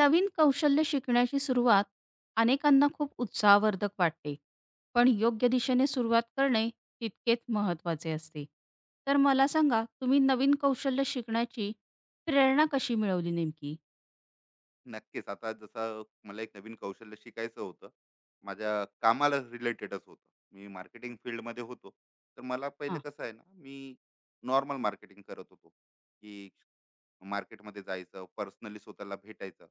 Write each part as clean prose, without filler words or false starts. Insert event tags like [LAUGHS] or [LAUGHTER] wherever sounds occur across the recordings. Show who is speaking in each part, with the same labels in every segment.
Speaker 1: नवीन कौशल्य शिकण्याची सुरुवात अनेकांना खूप उत्साहवर्धक वाटते पण योग्य दिशेने सुरुवात करणे तितकेच महत्त्वाचे असते. तर मला सांगा, तुम्ही नवीन कौशल्य शिकण्याची प्रेरणा कशी मिळवली नेमकी?
Speaker 2: नक्कीच. आता जसं मला एक नवीन कौशल्य शिकायचं होतं. माझ्या कामाला रिलेटेडच होतं. मी मार्केटिंग फील्डमध्ये होतो. तर मला पहिले
Speaker 1: हां.
Speaker 2: कसं आहे ना, मी नॉर्मल मार्केटिंग करत होतो, की मार्केटमध्ये जायचं, पर्सनली स्वतःला भेटायचं.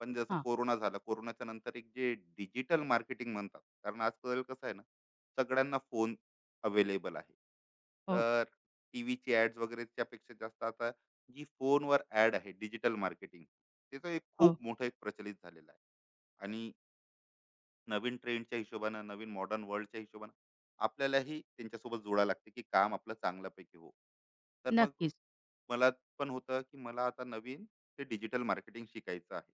Speaker 2: पण जसं
Speaker 1: हां.
Speaker 2: कोरोना झाला, कोरोनाच्या नंतर एक जे डिजिटल मार्केटिंग म्हणतात, कारण आजकाल कसं आहे ना, सगळ्यांना फोन अवेलेबल आहे.
Speaker 1: हो,
Speaker 2: तर टीव्हीची ॲड्स वगैरेच्यापेक्षा जास्त आता जी फोनवर ॲड आहे डिजिटल मार्केटिंग त्याचा एक
Speaker 1: हो.
Speaker 2: खूप मोठा एक प्रचलित झालेला आहे, आणि नवीन ट्रेंडच्या हिशोबानं नवीन मॉडर्न वर्ल्डच्या हिशोबानं आपल्यालाही त्यांच्यासोबत जोडा लागते की काम आपलं चांगल्यापैकी हो. तर मग
Speaker 1: नक्कीच.
Speaker 2: मला पण होतं की मला आता नवीन ते डिजिटल मार्केटिंग शिकायचं आहे,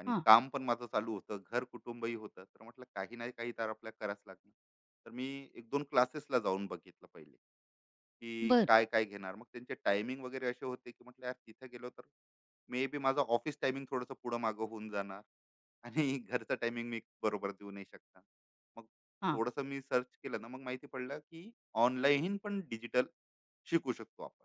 Speaker 2: आणि
Speaker 1: हां.
Speaker 2: काम पण माझं चालू होतं, घर कुटुंबही होतं, तर म्हटलं काही नाही काही तर आपल्याला करावंच लागणार. तर मी 1-2 क्लासेसला जाऊन बघितलं पहिले की
Speaker 1: बर.
Speaker 2: काय काय घेणार, मग त्यांचे टायमिंग वगैरे असे होते की म्हटलं यार तिथे गेलो तर मे बी माझं ऑफिस टायमिंग थोडंसं पुढं मागं होऊन जाणार आणि [LAUGHS] घरचं टायमिंग मी बरोबर देऊ नाही शकणार. मग
Speaker 1: हां.
Speaker 2: थोडंसं मी सर्च केलं ना, मग माहिती पडलं की ऑनलाईन पण डिजिटल शिकू शकतो आपण,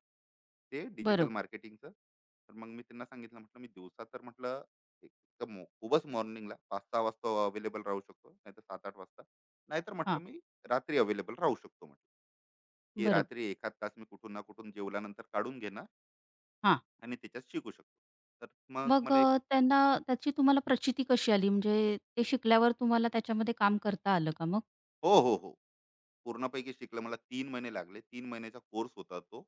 Speaker 2: ते डिजिटल
Speaker 1: बरोबर.
Speaker 2: मार्केटिंगचं. तर मग मी त्यांना सांगितलं, म्हटलं मी दिवसा तर म्हटलं एक तर खूपच मॉर्निंगला 5-6 वाजता अवेलेबल राहू शकतो, नाहीतर 7-8 वाजता, नाहीतर म्हटलं
Speaker 1: हां.
Speaker 2: मी रात्री अवेलेबल राहू शकतो, म्हटलं की
Speaker 1: बरोबर.
Speaker 2: रात्री एखाद तास मी कुठून ना कुठून जेवल्यानंतर काढून घेणार
Speaker 1: हां.
Speaker 2: आणि त्याच्यात शिकू शकतो. तर मग
Speaker 1: मग
Speaker 2: मला एक
Speaker 1: त्यांना त्याची तुम्हाला प्रचिती कशी आली? म्हणजे ते शिकल्यावर तुम्हाला त्याच्यामध्ये काम करता आलं का मग?
Speaker 2: हो, हो, हो. पूर्णपैकी शिकलं मला 3 महिने लागले. 3 महिन्याचा कोर्स होता तो,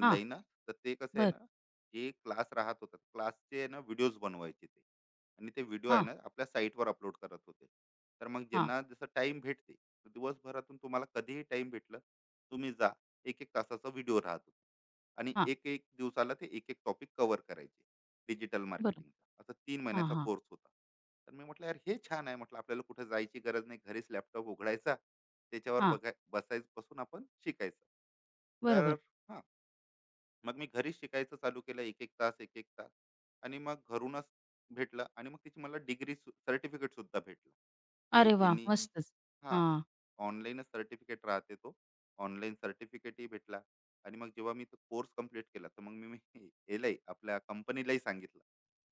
Speaker 1: हां.
Speaker 2: तर ते कसं आहे
Speaker 1: बर.
Speaker 2: ना, जे क्लास राहत होता, क्लासचे आहे ना व्हिडिओज बनवायचे ते, आणि ते व्हिडिओ आहे
Speaker 1: हां,
Speaker 2: ना आपल्या साईटवर अपलोड करत होते. तर मग
Speaker 1: हां.
Speaker 2: ज्यांना जसं टाइम भेटते, तर दिवसभरातून तुम्हाला कधीही टाईम भेटलं, तुम्ही जा. 1-1 तासाचा व्हिडिओ राहत होता, आणि
Speaker 1: हां.
Speaker 2: 1-1 दिवसाला ते 1-1 टॉपिक कव्हर करायचे डिजिटल
Speaker 1: बरोबर.
Speaker 2: मार्केटिंगचा. असा 3
Speaker 1: हां,
Speaker 2: महिन्याचा
Speaker 1: हां,
Speaker 2: कोर्स होता. तर मी म्हटलं, "यार हे छान आहे." म्हटलं, "आपल्याला कुठे जायची गरज नाही. घरीच लॅपटॉप उघडायचा." त्याच्यावर
Speaker 1: हां.
Speaker 2: बघाय बसायच बसून आपण शिकायचं. तर
Speaker 1: बरोबर.
Speaker 2: हां, मग मी घरी शिकायचं चालू केलं, 1-1 तास, 1-1 तास, आणि मग घरूनच भेटलं. आणि मग त्याची मला डिग्री सर्टिफिकेट सुद्धा भेटलं, की
Speaker 1: अरे वाह!
Speaker 2: यांनी,
Speaker 1: मस्तच.
Speaker 2: हां,
Speaker 1: हां,
Speaker 2: ऑनलाईनच सर्टिफिकेट राहते तो. ऑनलाईन सर्टिफिकेटही भेटला. आणि मग जेव्हा मी तो कोर्स कंप्लीट केला, तर मग मी यालाही आपल्या कंपनीलाही सांगितलं.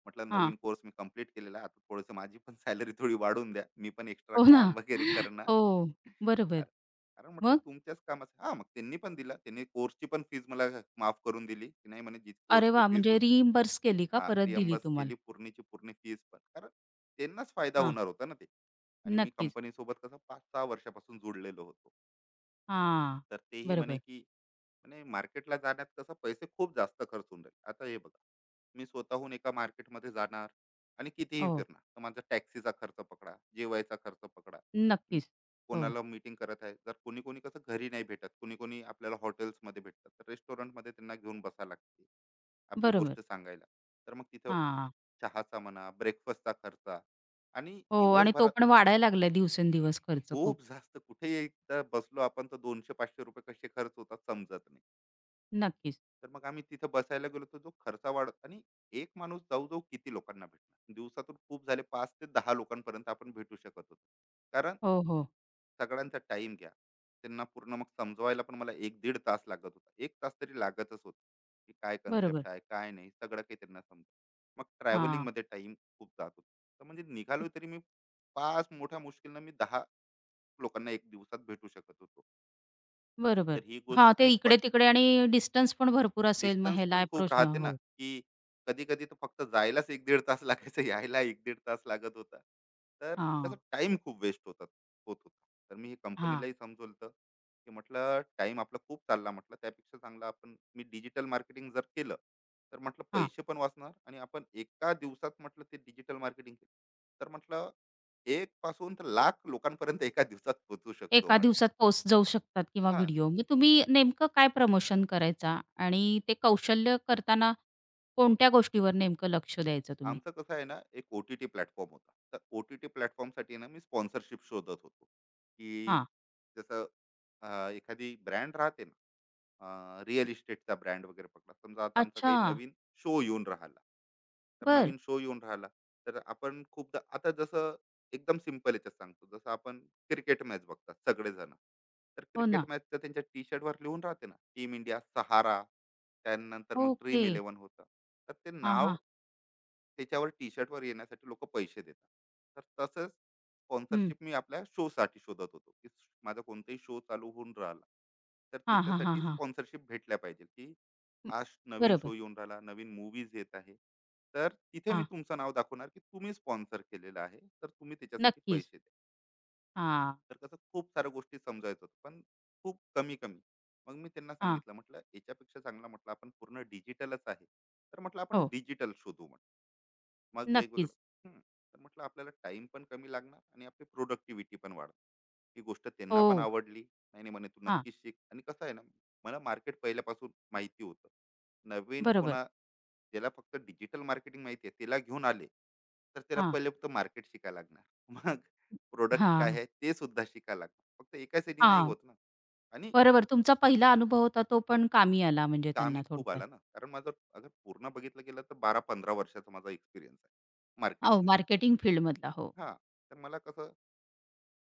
Speaker 2: म्हटलं,
Speaker 1: हां.
Speaker 2: "नवीन कोर्स मी कंप्लीट केलेला आहे. आता थोडंसं माझी पण सॅलरी थोडी वाढवून द्या. मी पण एक्स्ट्रा
Speaker 1: हो ना.
Speaker 2: काम वगैरे
Speaker 1: [LAUGHS]
Speaker 2: करणार."
Speaker 1: हो. बरोबर.
Speaker 2: कारण, कारण म्हटलं
Speaker 1: मग?
Speaker 2: तुमच्याच कामाचं हा. मग त्यांनी पण दिला, त्यांनी कोर्सची पण फीज मला माफ करून दिली, की नाही म्हणे जी
Speaker 1: अरे
Speaker 2: कोर्सची
Speaker 1: वाह!
Speaker 2: फीज
Speaker 1: म्हणजे
Speaker 2: होती.
Speaker 1: रिइम्बर्स केली का
Speaker 2: हा,
Speaker 1: परत दिली
Speaker 2: रिअम्बस
Speaker 1: तुम्हाला?
Speaker 2: केली पूर्णीची पूर्ण फीज पण, कारण त्यांनाच फायदा
Speaker 1: हां.
Speaker 2: होणार होता ना ते. आणि मी
Speaker 1: नक्कीच.
Speaker 2: कंपनीसोबत कसं 5-6 वर्षापासून जुडलेलो होतो,
Speaker 1: हां.
Speaker 2: तर तेही म्हणे
Speaker 1: बरोबर.
Speaker 2: की, आणि मार्केटला जाण्यात कसं पैसे खूप जास्त खर्च होऊन जाईल. आता हे बघा, मी स्वतःहून एका मार्केटमध्ये जाणार आणि कितीही
Speaker 1: हो.
Speaker 2: फिरणार, तर माझा टॅक्सीचा खर्च पकडा, जेवायचा खर्च पकडा. म-
Speaker 1: नक्कीच. हो.
Speaker 2: कोणाला मीटिंग करत आहे जर, कोणी कोणी कसं घरी नाही भेटत, कोणी कोणी आपल्याला हॉटेल्समध्ये भेटतात, तर रेस्टॉरंटमध्ये त्यांना घेऊन बसावं लागते आपली
Speaker 1: बरोबर.
Speaker 2: गोष्ट सांगायला. तर मग तिथं
Speaker 1: हां.
Speaker 2: चहाचा म्हणा, ब्रेकफास्टचा खर्च, आणि
Speaker 1: हो, आणि तो
Speaker 2: दिवसभरात
Speaker 1: पण वाढायला लागलाय दिवसेंदिवस खर्च खूप.
Speaker 2: खूप जास्त. कुठे एकदा बसलो आपण तर 200-500 रुपये कसे खर्च होतात समजत नाही.
Speaker 1: नक्कीच.
Speaker 2: तर मग आम्ही तिथे बसायला गेलो तर जो खर्चा वाढ, आणि एक माणूस जाऊ जाऊ किती लोकांना भेटणार दिवसातून. खूप झाले, 5 ते 10 लोकांपर्यंत आपण भेटू शकत होतो. कारण
Speaker 1: हो, हो.
Speaker 2: सगळ्यांचा टाइम घ्या, त्यांना पूर्ण मग समजवायला पण मला 1.5 तास लागत होता, 1 तास तरी लागतच होता, की काय
Speaker 1: बरोबर.
Speaker 2: कन्सेप्ट आहे काय नाही सगळं काही त्यांना समज. मग ट्रॅव्हलिंग
Speaker 1: हां.
Speaker 2: मध्ये टाइम खूप जात होता. तर म्हणजे निघालो तरी मी 5, मोठ्या मुश्किलनं मी 10 लोकांना एक दिवसात भेटू शकत होतो.
Speaker 1: बरोबर.
Speaker 2: तर ही
Speaker 1: हां,
Speaker 2: गोष्ट
Speaker 1: ते
Speaker 2: आणि
Speaker 1: इकडे-तिकडे, आणि डिस्टन्स पण भरपूर असेल मग
Speaker 2: डिस्टन्स
Speaker 1: ह्याला
Speaker 2: पण खूप
Speaker 1: अप्रोच
Speaker 2: राहते ना,
Speaker 1: हो.
Speaker 2: की कधी कधी तर फक्त जायलाच एक 15 तास [LAUGHS] लागायचं, यायला 1-1.5 तास लागत होता. तर त्याचा
Speaker 1: हां,
Speaker 2: टाईम खूप वेस्ट होतात, होत होता. तर मी
Speaker 1: हां,
Speaker 2: कंपनीलाही समजवलं होतं, की म्हटलं टाइम आपला खूप चालला म्हटलं, त्यापेक्षा चांगलं आपण, मी डिजिटल मार्केटिंग जर केलं, तर म्हटलं
Speaker 1: हां.
Speaker 2: पैसे पण वाचणार, आणि आपण एका दिवसात म्हटलं ते डिजिटल मार्केटिंग केलं, तर म्हटलं 1 पासून तर 1 लाख लोकांपर्यंत एका दिवसात पोहोचू शकतो
Speaker 1: एका
Speaker 2: म्हटलं.
Speaker 1: दिवसात पोस्ट जाऊ शकतात किंवा
Speaker 2: हां,
Speaker 1: व्हिडिओ. मग तुम्ही नेमकं काय प्रमोशन करायचा आणि ते कौशल्य करताना कोणत्या गोष्टीवर नेमकं लक्ष द्यायचं तुम्ही?
Speaker 2: आमचं कसं आहे ना, एक ओ टी टी प्लॅटफॉर्म होता, तर ओ टी टी प्लॅटफॉर्मसाठी ना मी स्पॉन्सरशिप शोधत होतो की,
Speaker 1: हां.
Speaker 2: जसं एखादी ब्रँड राहते ना, रिअल इस्टेटचा ब्रँड वगैरे पकडा, समजा आता आमचा
Speaker 1: अच्छा.
Speaker 2: काही नवीन शो येऊन राहिला, तर
Speaker 1: बरं.
Speaker 2: नवीन शो येऊन राहिला, तर आपण खूपदा, आता जसं एकदम सिम्पल याच्यात सांगतो, जसं आपण क्रिकेट मॅच बघतात सगळेजण, तर
Speaker 1: हो
Speaker 2: क्रिकेट
Speaker 1: ना.
Speaker 2: मॅचचं त्यांच्या टी शर्टवर लिहून राहते ना, टीम इंडिया सहारा, त्यानंतर मग
Speaker 1: ओके.
Speaker 2: ड्रीम इलेव्हन होतं, तर ते
Speaker 1: हां,
Speaker 2: नाव
Speaker 1: हां.
Speaker 2: त्याच्यावर टी शर्टवर येण्यासाठी लोक पैसे देतात. तर तसंच
Speaker 1: हं.
Speaker 2: स्पॉन्सरशिप मी आपल्या शोसाठी शोधत होतो, की माझा कोणताही शो चालू होऊन राहिला, तर
Speaker 1: हां, हां, हां,
Speaker 2: त्याच्यासाठी
Speaker 1: हां.
Speaker 2: स्पॉन्सरशिप भेटल्या पाहिजे, की
Speaker 1: हं.
Speaker 2: हा नवीन शो
Speaker 1: बरोबर.
Speaker 2: येऊन राहिला, नवीन मूवीज येत आहे, तर तिथे मी
Speaker 1: हां.
Speaker 2: तुमचं नाव दाखवणार की तुम्ही स्पॉन्सर केलेलं आहे, तर तुम्ही त्याच्यासाठी
Speaker 1: नक्कीच.
Speaker 2: पैसे द्या.
Speaker 1: हां.
Speaker 2: तर कसं खूप साऱ्या गोष्टी समजायचं होतं, पण खूप कमी कमी. मग मी त्यांना
Speaker 1: हां.
Speaker 2: सांगितलं, म्हटलं याच्यापेक्षा चांगलं म्हटलं आपण पूर्ण डिजिटलच आहे, तर म्हटलं आपण
Speaker 1: हो.
Speaker 2: डिजिटल शोधू मग वेगवेगळं.
Speaker 1: नक्कीच.
Speaker 2: हं, तर म्हटलं आपल्याला टाइम पण कमी लागणार आणि आपली प्रोडक्टिव्हिटी पण वाढणार. ही गोष्ट त्यांना पण
Speaker 1: हो.
Speaker 2: आवडली, नाही नाही म्हणे तू
Speaker 1: हां.
Speaker 2: नक्कीच शिक. आणि कसं आहे ना, मला मार्केट पहिल्यापासून माहिती होतं. नवीन
Speaker 1: बरोबर.
Speaker 2: कोणा ज्याला फक्त डिजिटल मार्केटिंग माहिती आहे त्याला घेऊन आले, तर त्याला
Speaker 1: हां.
Speaker 2: पहिले फक्त मार्केट शिकायला लागणार. [LAUGHS] मग प्रोडक्ट काय
Speaker 1: हां.
Speaker 2: आहे ते सुद्धा शिकायला लागणार, फक्त एकाच याने नाही
Speaker 1: हां.
Speaker 2: होत ना. आणि
Speaker 1: बरोबर. तुमचा पहिला अनुभव होता तो पण कामी आला म्हणजे
Speaker 2: कामही
Speaker 1: त्यांना,
Speaker 2: खूप
Speaker 1: थोडक्यात.
Speaker 2: आला ना, कारण माझं अगर पूर्ण बघितलं गेलं तर 12-15 वर्षाचा माझा एक्सपिरियन्स आहे
Speaker 1: हो,
Speaker 2: मार्केटिंगमध्ये.
Speaker 1: मार्केटिंग फील्डमधला. हो.
Speaker 2: हां, तर मला कसं,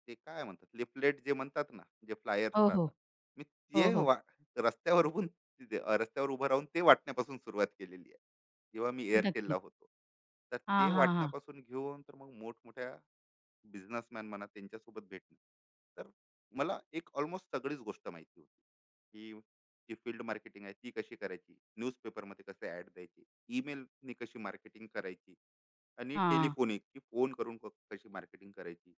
Speaker 2: ते काय म्हणतात लिफलेट जे म्हणतात ना, जे फ्लायर्स
Speaker 1: हो, हो.
Speaker 2: राहतात, मी
Speaker 1: हो,
Speaker 2: ते
Speaker 1: हो.
Speaker 2: रस्त्यावर उभून रस्त्यावर उभं राहून ते वाटण्यापासून सुरुवात केलेली आहे, जेव्हा मी एअरटेलला
Speaker 1: नक्कीच.
Speaker 2: होतो. तर ते
Speaker 1: हां, हां, हां.
Speaker 2: वाटण्यापासून घेऊन तर मग मोठमोठ्या बिझनेसमॅन म्हणा त्यांच्यासोबत भेटणं. तर मला एक ऑलमोस्ट सगळीच गोष्ट माहिती होती, की जी फील्ड मार्केटिंग आहे ती कशी करायची, न्यूजपेपरमध्ये कसे ॲड द्यायची, ईमेलने कशी मार्केटिंग करायची, आणि
Speaker 1: हां,
Speaker 2: टेलिफोनिक की फोन करून कशी मार्केटिंग करायची,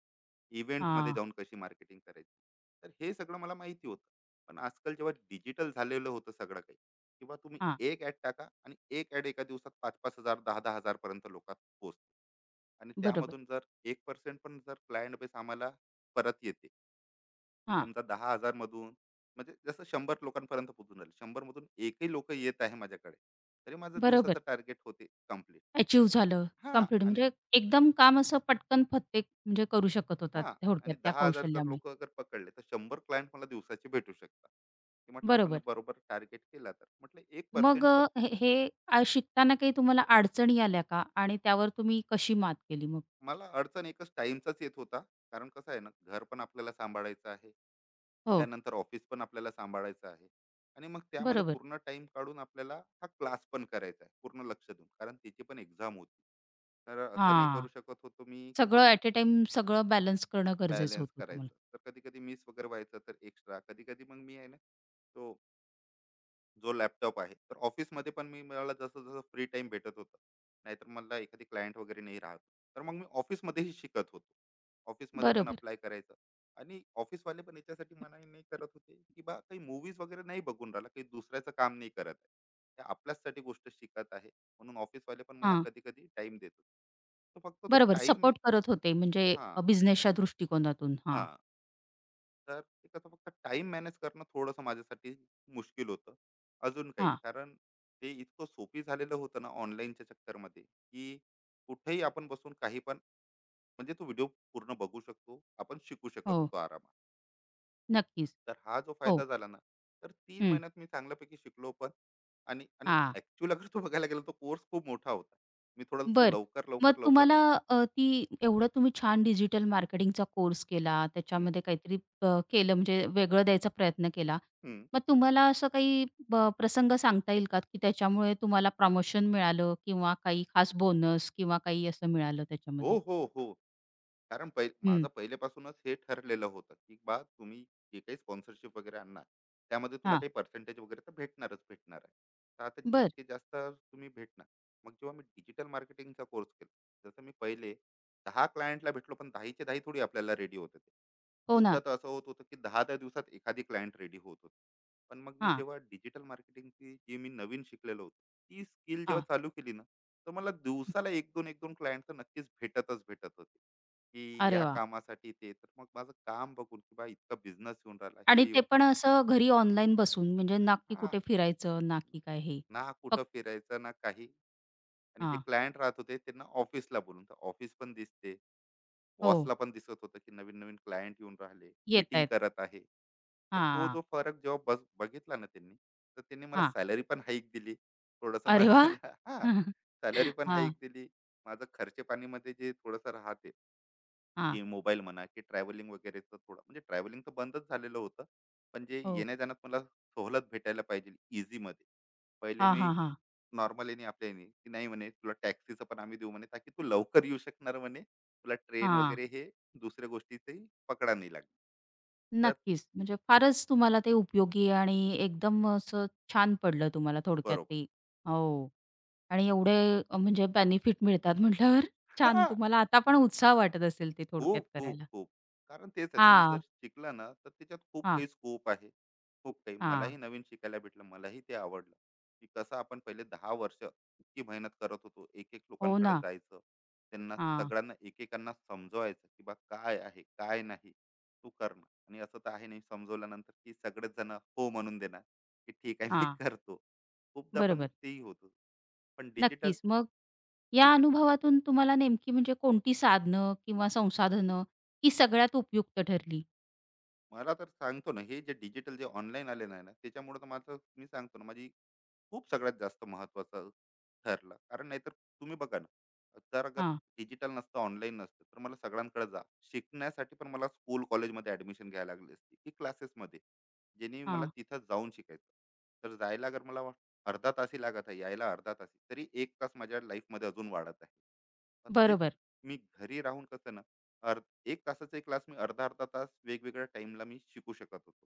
Speaker 2: इव्हेंटमध्ये
Speaker 1: हां,
Speaker 2: जाऊन कशी मार्केटिंग करायची. तर हे सगळं मला माहिती होतं, पण आजकाल जेव्हा डिजिटल झालेलं होतं सगळं काही, किंवा तुम्ही
Speaker 1: हां.
Speaker 2: एक ॲड टाका, आणि एक ॲड एका दिवसात 5-5 हजार, 10-10 हजारपर्यंत पोहोचते. आणि
Speaker 1: बरोबर.
Speaker 2: त्यामधून जर 1% पण जर क्लायंट बेस आम्हाला परत येते,
Speaker 1: हां.
Speaker 2: समजा 10 हजार मधून, म्हणजे जसं 100 लोकांपर्यंत पोहोचून राहिले, 100 मधून एकही लोक येत आहे माझ्याकडे, तरी माझं
Speaker 1: बरोबर.
Speaker 2: दिवसाचं टार्गेट होते कम्प्लीट.
Speaker 1: अचीव्ह झालं,
Speaker 2: हा,
Speaker 1: कंप्लीट
Speaker 2: आणि,
Speaker 1: म्हणजे एकदम काम असं पटकन फत्ते म्हणजे करू शकत होतात
Speaker 2: हा, आणि
Speaker 1: थोडक्यात त्या
Speaker 2: 10 हजार जर
Speaker 1: कौशल्यामुळे.
Speaker 2: लोक अगर पकडले, तर 100 क्लायंट मला दिवसाचे भेटू शकतात. हे म्हटलं, आपण
Speaker 1: बरोबर.
Speaker 2: बरोबर टार्गेट केला तर म्हटलं एक
Speaker 1: मग
Speaker 2: पर्सेंट पण.
Speaker 1: अ, हे हे अ, शिकताना काही तुम्हाला अडचणी आल्या का? आणि त्यावर तुम्ही कशी मात केली मग?
Speaker 2: मला अडचण एकच टाइमचाच येत होता. कारण कसं आहे ना, घर पण आपल्याला सांभाळायचं आहे.
Speaker 1: हो.
Speaker 2: त्यानंतर ऑफिस पण आपल्याला सांभाळायचं आहे. आणि मग त्यामध्ये
Speaker 1: बरोबर.
Speaker 2: पूर्ण टाईम काढून आपल्याला हा क्लास पण करायचा आहे, पूर्ण लक्ष देऊन. कारण त्याची पण एक्झाम होती. तर असं नाही करू
Speaker 1: हां,
Speaker 2: शकत होतो मी, की
Speaker 1: सगळं
Speaker 2: फक्त
Speaker 1: ॲट अ टाईम सगळं बॅलन्स करणं गरजेचं
Speaker 2: बॅलन्स
Speaker 1: होतं तुम्हाला.
Speaker 2: करायचं. तर कधी-कधी मिस वगैरे व्हायचं, तर एक्स्ट्रा, कधी-कधी मग मी आहे ना, तो जो लॅपटॉप आहे, तर ऑफिसमध्ये पण मी, मला जसं जसं फ्री टाइम भेटत होतं, नाहीतर मला एखादी क्लायंट वगैरे नाही राहत, तर मग मी ऑफिसमध्येही शिकत होतो. ऑफिसमध्ये पण
Speaker 1: बरोबर.
Speaker 2: अप्लाय करायचं. आणि ऑफिसवाले पण याच्यासाठी मनाई नाही करत होते, की बा काही मूवीज वगैरे नाही बघून राहिला, काही दुसऱ्याचं काम नाही करत आहे, ते आपल्याचसाठी गोष्ट शिकत आहे. म्हणून ऑफिसवाले पण मला
Speaker 1: हां.
Speaker 2: कधी कधी टाइम देत होते. तो फक्त तो
Speaker 1: बरोबर.
Speaker 2: टाइम.
Speaker 1: सपोर्ट करत होते म्हणजे
Speaker 2: हा,
Speaker 1: बिझनेसच्या दृष्टिकोनातून.
Speaker 2: हा.
Speaker 1: हां,
Speaker 2: तर ते कसं, फक्त टाइम मॅनेज करणं थोडंसं माझ्यासाठी मुश्किल होतं. अजून काही नाही.
Speaker 1: हां.
Speaker 2: कारण ते इतकं सोपी झालेलं होतं ना ऑनलाईनच्या चक्करमध्ये, की कुठेही आपण बसून काही पण, म्हणजे तो व्हिडिओ पूर्ण बघू शकतो. आपण शिकू शकत
Speaker 1: हो,
Speaker 2: होतो आरामात.
Speaker 1: नक्कीच.
Speaker 2: तर हा जो
Speaker 1: हो.
Speaker 2: फायदा झाला ना, तर 3
Speaker 1: हं.
Speaker 2: महिन्यात मी चांगल्यापैकी शिकलो पण. आणि आणि
Speaker 1: हां.
Speaker 2: ॲक्चुअल अगर तो बघायला गेला, तो कोर्स खूप मोठा होता. मी थोडंसं
Speaker 1: बरं.
Speaker 2: लवकर,
Speaker 1: मग
Speaker 2: लवकर, लवकर.
Speaker 1: तुम्हाला ती, एवढं तुम्ही छान डिजिटल मार्केटिंगचा कोर्स केला,
Speaker 2: हं,
Speaker 1: त्याच्यामध्ये काहीतरी केलं म्हणजे वेगळं द्यायचा प्रयत्न केला.
Speaker 2: हं.
Speaker 1: मग तुम्हाला असं काही प्रसंग सांगता येईल का, की त्याच्यामुळे तुम्हाला प्रमोशन मिळालं किंवा काही खास बोनस किंवा काही असं मिळालं
Speaker 2: हो,
Speaker 1: त्याच्यामध्ये?
Speaker 2: हो, हो. कारण
Speaker 1: हं.
Speaker 2: माझं पहिल्यापासूनच हे ठरलेलं होतं, की बा तुम्ही जे काही स्पॉन्सरशिप वगैरे आणणार, त्यामध्ये तुला
Speaker 1: हां.
Speaker 2: काही पर्सेंटेज वगैरे तर भेटणारच भेटणार आहे. तर आता
Speaker 1: बरं.
Speaker 2: जितके जास्त तुम्ही भेटणार. मग जेव्हा मी डिजिटल मार्केटिंगचा कोर्स केला, जसं मी पहिले 10 क्लायंटला भेटलो, पण 10 च्या थोडी आपल्याला रेडी होत होते. ते.
Speaker 1: हो
Speaker 2: खूपदा
Speaker 1: ना.
Speaker 2: तर असं होत होतं की दहा दहा दिवसात एखादी क्लायंट रेडी होत होती. पण मग मी
Speaker 1: हां,
Speaker 2: जेव्हा डिजिटल मार्केटिंगची जी मी नवीन शिकलेलो होतो, ती स्किल जेव्हा
Speaker 1: हां.
Speaker 2: चालू केली ना, तर मला दिवसाला एक दोन एक दोन क्लायंट तर नक्कीच भेटतच भेटत होते की
Speaker 1: अरे
Speaker 2: या
Speaker 1: वाह!
Speaker 2: कामासाठी. ते तर मग माझं काम बघून की बा इतका बिझनेस येऊन राहिला
Speaker 1: आणि
Speaker 2: हे
Speaker 1: ते
Speaker 2: येऊन.
Speaker 1: पण असं घरी ऑनलाईन बसून, म्हणजे ना की
Speaker 2: हा,
Speaker 1: कुठे फिरायचं, ना की काय हे.
Speaker 2: ना कुठं
Speaker 1: फक्त.
Speaker 2: फिरायचं ना काही. आणि जे
Speaker 1: हां.
Speaker 2: क्लायंट राहत होते त्यांना ऑफिसला बोलून तर ऑफिस पण दिसते.
Speaker 1: हो.
Speaker 2: बॉसला पण दिसत होतं की नवीन नवीन क्लायंट येऊन राहिले, मीटिंग
Speaker 1: येतायत.
Speaker 2: करत आहे. तर तो
Speaker 1: हां,
Speaker 2: जो फरक जेव्हा बस बघितला ना त्यांनी, तर त्यांनी मला
Speaker 1: हां.
Speaker 2: सॅलरी पण हाईक दिली थोडंसं
Speaker 1: अरे वाह!
Speaker 2: मला [LAUGHS] हा.
Speaker 1: [LAUGHS]
Speaker 2: सॅलरी पण
Speaker 1: हां,
Speaker 2: हाईक दिली. माझं खर्चे पाणीमध्ये जे थोडंसं राहते,
Speaker 1: हां.
Speaker 2: की मोबाईल म्हणा की ट्रॅव्हलिंग वगैरेचं थोडं, म्हणजे ट्रॅव्हलिंग तर बंदच झालेलं होतं. पण जे
Speaker 1: हो.
Speaker 2: येण्या जाण्यात मला सवलत भेटायला पाहिजे इझीमध्ये. पहिले
Speaker 1: हां,
Speaker 2: मी
Speaker 1: हां, हां.
Speaker 2: नॉर्मल येणे आपल्या येणे की नाही म्हणे, तुला टॅक्सीचं पण आम्ही देऊ म्हणे ताकी तू लवकर येऊ शकणार, म्हणे तुला ट्रेन
Speaker 1: हां.
Speaker 2: वगैरे हे दुसऱ्या गोष्टीचंही पकडा नाही लागणार. तर
Speaker 1: नक्कीच. म्हणजे फारच तुम्हाला ते उपयोगी, आणि एकदम असं छान पडलं तुम्हाला थोडक्यात
Speaker 2: बरोबर.
Speaker 1: ते. हो. आणि एवढे म्हणजे बेनिफिट मिळतात म्हटल्यावर छान
Speaker 2: हा,
Speaker 1: तुम्हाला आता पण उत्साह वाटत असेल ते थोडक्यात
Speaker 2: खूप खूप
Speaker 1: करायला.
Speaker 2: खूप. कारण तेच आहे, तुम्ही जर
Speaker 1: हां,
Speaker 2: शिकला ना तर त्याच्यात खूप
Speaker 1: हां,
Speaker 2: काही स्कोप आहे. खूप काही मलाही
Speaker 1: हां.
Speaker 2: नवीन शिकायला भेटलं, मलाही ते आवडलं. की कसं आपण पहिले 10 वर्ष इतकी मेहनत करत होतो, एक एक
Speaker 1: हो
Speaker 2: लोकांकडे
Speaker 1: ना.
Speaker 2: जायचं, त्यांना
Speaker 1: हां,
Speaker 2: सगळ्यांना एकेकांना समजवायचं की बा काय आहे काय नाही तू करणार आणि असं तर आहे. नाही समजवल्यानंतर की सगळेच जण हो म्हणून देणार की ठीक आहे मी
Speaker 1: हां.
Speaker 2: करतो. खूपदा पण
Speaker 1: बरोबर.
Speaker 2: तेही होतं. पण डिजिटल,
Speaker 1: नक्कीच. मग या अनुभवातून तुम्हाला नेमकी म्हणजे कोणती साधनं किंवा संसाधनं ही सगळ्यात उपयुक्त ठरली?
Speaker 2: मला तर सांगतो ना, हे जे डिजिटल जे ऑनलाईन आले नाही ना, त्याच्यामुळे तर माझं, मी सांगतो ना, माझी खूप सगळ्यात जास्त महत्त्वाचं ठरलं. कारण नाहीतर तुम्ही बघा ना, तर अगर
Speaker 1: हां,
Speaker 2: डिजिटल नसतं, ऑनलाईन नसतं, तर मला सगळ्यांकडे जा, शिकण्यासाठी पण मला स्कूल, कॉलेजमध्ये ॲडमिशन घ्यायला लागली असती की क्लासेसमध्ये, ज्याने मला
Speaker 1: हां.
Speaker 2: तिथं जाऊन शिकायचं. तर जायला अगर मला अर्धा तासही लागत आहे, यायला अर्धा तास, तरी 1 तास माझ्या लाईफमध्ये अजून वाढत आहे. पण तेच
Speaker 1: बरोबर.
Speaker 2: मी घरी राहून कसं ना, एक तासाचा एक क्लास मी अर्धा-अर्धा तास वेगवेगळ्या टाईमला मी शिकू शकत होतो.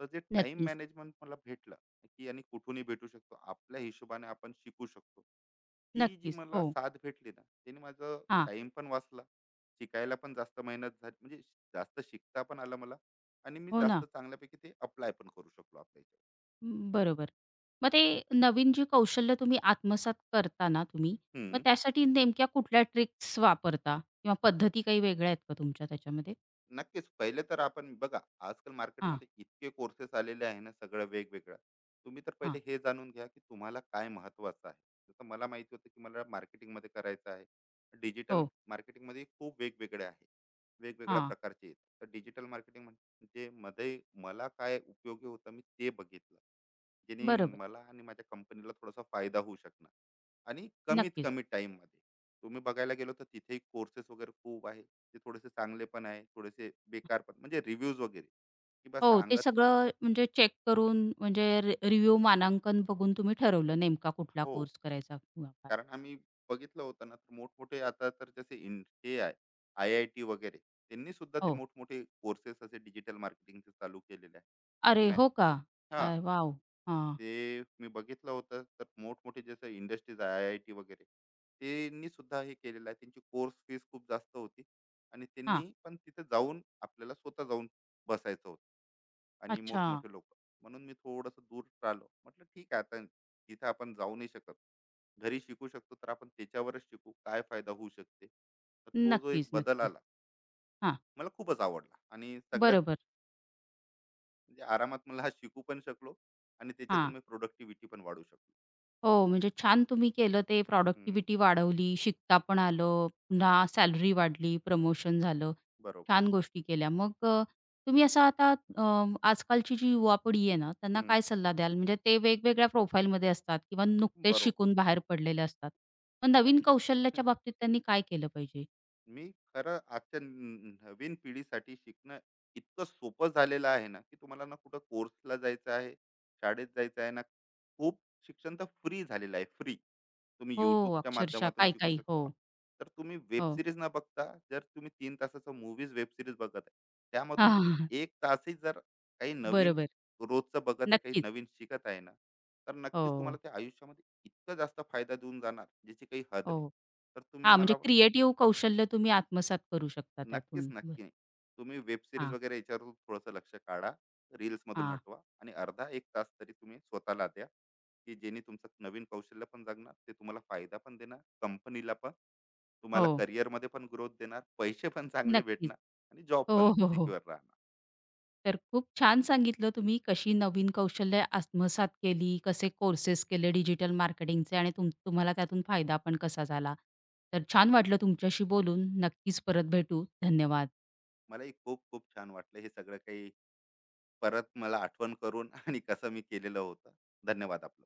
Speaker 2: तर जे टाईम
Speaker 1: नक्कीच.
Speaker 2: मॅनेजमेंट मला भेटलं, की आणि कुठूनही भेटू शकतो. आपल्या हिशोबाने आपण शिकू शकतो. ती जी
Speaker 1: नक्कीच.
Speaker 2: मला
Speaker 1: हो.
Speaker 2: साथ भेटली ना, त्याने माझं
Speaker 1: हां.
Speaker 2: टाईम पण वाचला. शिकायला पण जास्त मेहनत झाली, म्हणजे जास्त शिकता पण आलं मला, आणि मी
Speaker 1: हो ना.
Speaker 2: जास्त चांगल्यापैकी ते अप्लाय पण करू शकलो आपल्या ह्याच्यावर.
Speaker 1: बरोबर. मग ते नवीन जी कौशल्य तुम्ही आत्मसात करता ना तुम्ही, मग
Speaker 2: हं.
Speaker 1: त्यासाठी नेमक्या कुठल्या ट्रिक्स वापरता किंवा पद्धती काही वेगळ्या आहेत का तुमच्या त्याच्यामध्ये?
Speaker 2: नक्कीच. पहिले तर आपण बघा, आजकाल
Speaker 1: हां,
Speaker 2: मार्केटमध्ये इतके कोर्सेस आलेले आहे ना, सगळं वेगवेगळं. तुम्ही तर
Speaker 1: हां.
Speaker 2: पहिले हे जाणून घ्या, की तुम्हाला काय महत्त्वाचं आहे. जसं मला माहिती होतं, की मला मार्केटिंगमध्ये करायचं आहे. डिजिटल
Speaker 1: हो.
Speaker 2: मार्केटिंगमध्ये खूप वेगवेगळे आहे. वेगवेगळ्या
Speaker 1: हां.
Speaker 2: प्रकारचे आहेत. तर डिजिटल मार्केटिंग म्हणजे मध्ये मला काय उपयोगी होतं, मी ते बघितलं. जेणे
Speaker 1: बरोबर.
Speaker 2: मला आणि माझ्या कंपनीला थोडासा फायदा होऊ शकणार, आणि कमीत
Speaker 1: नक्कीच.
Speaker 2: कमी टाईममध्ये. तुम्ही बघायला गेलो तर तिथेही कोर्सेस वगैरे खूप आहे. ते थोडेसे चांगले पण आहे थोडेसे बेकार पण, म्हणजे रिव्ह्यूज वगैरे की बा
Speaker 1: हो, ते
Speaker 2: सांगत.
Speaker 1: सगळं म्हणजे चेक करून म्हणजे रिव्ह्यू मानांकन बघून तुम्ही ठरवलं नेमका कुठला
Speaker 2: हो,
Speaker 1: कोर्स करायचा किंवा काय?
Speaker 2: कारण आम्ही बघितलं होतं ना, तर मोठमोठे आता तर जसे इन हे आहे आय आय टी वगैरे, त्यांनी सुद्धा ते
Speaker 1: हो.
Speaker 2: मोठमोठे कोर्सेस असे डिजिटल मार्केटिंगचे चालू केलेले आहे. की
Speaker 1: अरे
Speaker 2: मॅ,
Speaker 1: हो का?
Speaker 2: हां.
Speaker 1: अरे वॉव! हां,
Speaker 2: ते मी बघितलं होतं, तर मोठमोठे जसं इंडस्ट्रीज आय आय टी वगैरे त्यांनी सुद्धा हे केलेलं आहे. त्यांची कोर्स फीस खूप जास्त होती, आणि
Speaker 1: हां.
Speaker 2: त्यांनी पण तिथे जाऊन आपल्याला स्वतः जाऊन बसायचं होतं आणि
Speaker 1: अच्छा.
Speaker 2: मोठमोठे लोक. म्हणून मी थोडंसं दूर राहिलो, म्हटलं ठीक आहे आता, जिथे आपण जाऊ नाही शकत घरी शिकू शकतो तर आपण त्याच्यावरच शिकू, काय फायदा होऊ शकते. तर तो जो
Speaker 1: नक्कीच,
Speaker 2: एक बदल
Speaker 1: नक्कीच.
Speaker 2: आला,
Speaker 1: हां.
Speaker 2: मला खूपच आवडला. आणि सगळ्यात
Speaker 1: बरोबर.
Speaker 2: म्हणजे आरामात मला हा शिकू पण शकलो, आणि त्याच्यातून
Speaker 1: हां.
Speaker 2: मी प्रोडक्टिव्हिटी पण वाढू शकलो.
Speaker 1: हो, म्हणजे छान तुम्ही केलं ते,
Speaker 2: हम्म,
Speaker 1: प्रॉडक्टिव्हिटी वाढवली, शिकता पण आलं, पुन्हा सॅलरी वाढली, प्रमोशन झालं.
Speaker 2: बरोबर.
Speaker 1: छान गोष्टी केल्या. मग तुम्ही असा आता अ, आजकालची जी युवा पिढी आहे ना, त्यांना
Speaker 2: हम्म,
Speaker 1: काय सल्ला द्याल? म्हणजे ते वेगवेगळ्या प्रोफाईलमध्ये असतात किंवा नुकतेच
Speaker 2: बरोबर.
Speaker 1: शिकून बाहेर पडलेले असतात. मग
Speaker 2: नाही,
Speaker 1: नवीन कौशल्याच्या बाबतीत त्यांनी काय केलं पाहिजे?
Speaker 2: मी खरं आजच्या नवीन पिढीसाठी शिकणं इतकं सोपं झालेलं आहे ना, की तुम्हाला ना कुठं कोर्सला जायचं आहे शाळेत जायचं आहे ना. खूप शिक्षण तर फ्री झालेलं आहे, फ्री. तुम्ही
Speaker 1: हो,
Speaker 2: यूट्यूबच्या
Speaker 1: अक्षरशः
Speaker 2: माध्यमातून शिकू
Speaker 1: काही-काही.
Speaker 2: शकता.
Speaker 1: हो,
Speaker 2: तर तुम्ही वेब
Speaker 1: हो.
Speaker 2: सिरीज न बघता, जर तुम्ही 3 तासाचा मूवीज वेब सिरीज बघत आहे,
Speaker 1: [LAUGHS]
Speaker 2: त्यामधून तुम्ही
Speaker 1: हां.
Speaker 2: एक तासही जर काही नवीन
Speaker 1: बरोबर.
Speaker 2: रोजचं बघत आहे, काही
Speaker 1: नक्कीच.
Speaker 2: नवीन शिकत आहे ना, तर नक्कीच तुम्हाला
Speaker 1: हो,
Speaker 2: ते आयुष्यामध्ये इतकं जास्त फायदा देऊन जाणार, ज्याची काही हद
Speaker 1: हो.
Speaker 2: नाही. तर तुम्ही
Speaker 1: हां, म्हणजे
Speaker 2: मला,
Speaker 1: क्रिएटिव्ह कौशल्य तुम्ही आत्मसात करू शकता
Speaker 2: नक्कीच,
Speaker 1: त्यातून. बरं.
Speaker 2: नक्की. तुम्ही वेब सीरीज
Speaker 1: हां.
Speaker 2: वगैरे याच्यावर थोडंसं लक्ष काढा. रील्समधून
Speaker 1: हां.
Speaker 2: हटवा, आणि अर्धा एक तास तरी तुम्ही स्वतःला द्या, की जेणे तुमचं नवीन कौशल्य पण जागणार, ते तुम्हाला फायदा पण देणार, कंपनीला पण, तुम्हाला
Speaker 1: हो,
Speaker 2: करिअरमध्ये पण ग्रोथ देणार, पैसे पण चांगले
Speaker 1: नक्कीच.
Speaker 2: भेटणार, आणि जॉब
Speaker 1: हो,
Speaker 2: पण
Speaker 1: हो, हो.
Speaker 2: सिक्युअर राहणार.
Speaker 1: तर खूप छान सांगितलं तुम्ही, कशी नवीन कौशल्य आत्मसात केली, कसे कोर्सेस केले डिजिटल मार्केटिंगचे आणि तुम्हाला त्यातून फायदा पण कसा झाला. तर छान वाटलं तुमच्याशी बोलून. नक्कीच परत भेटू. धन्यवाद.
Speaker 2: मलाही खूप खूप छान वाटलं हे सगळं काही परत मला आठवण करून, आणि कसं मी केलेलं होतं. धन्यवाद आपलं.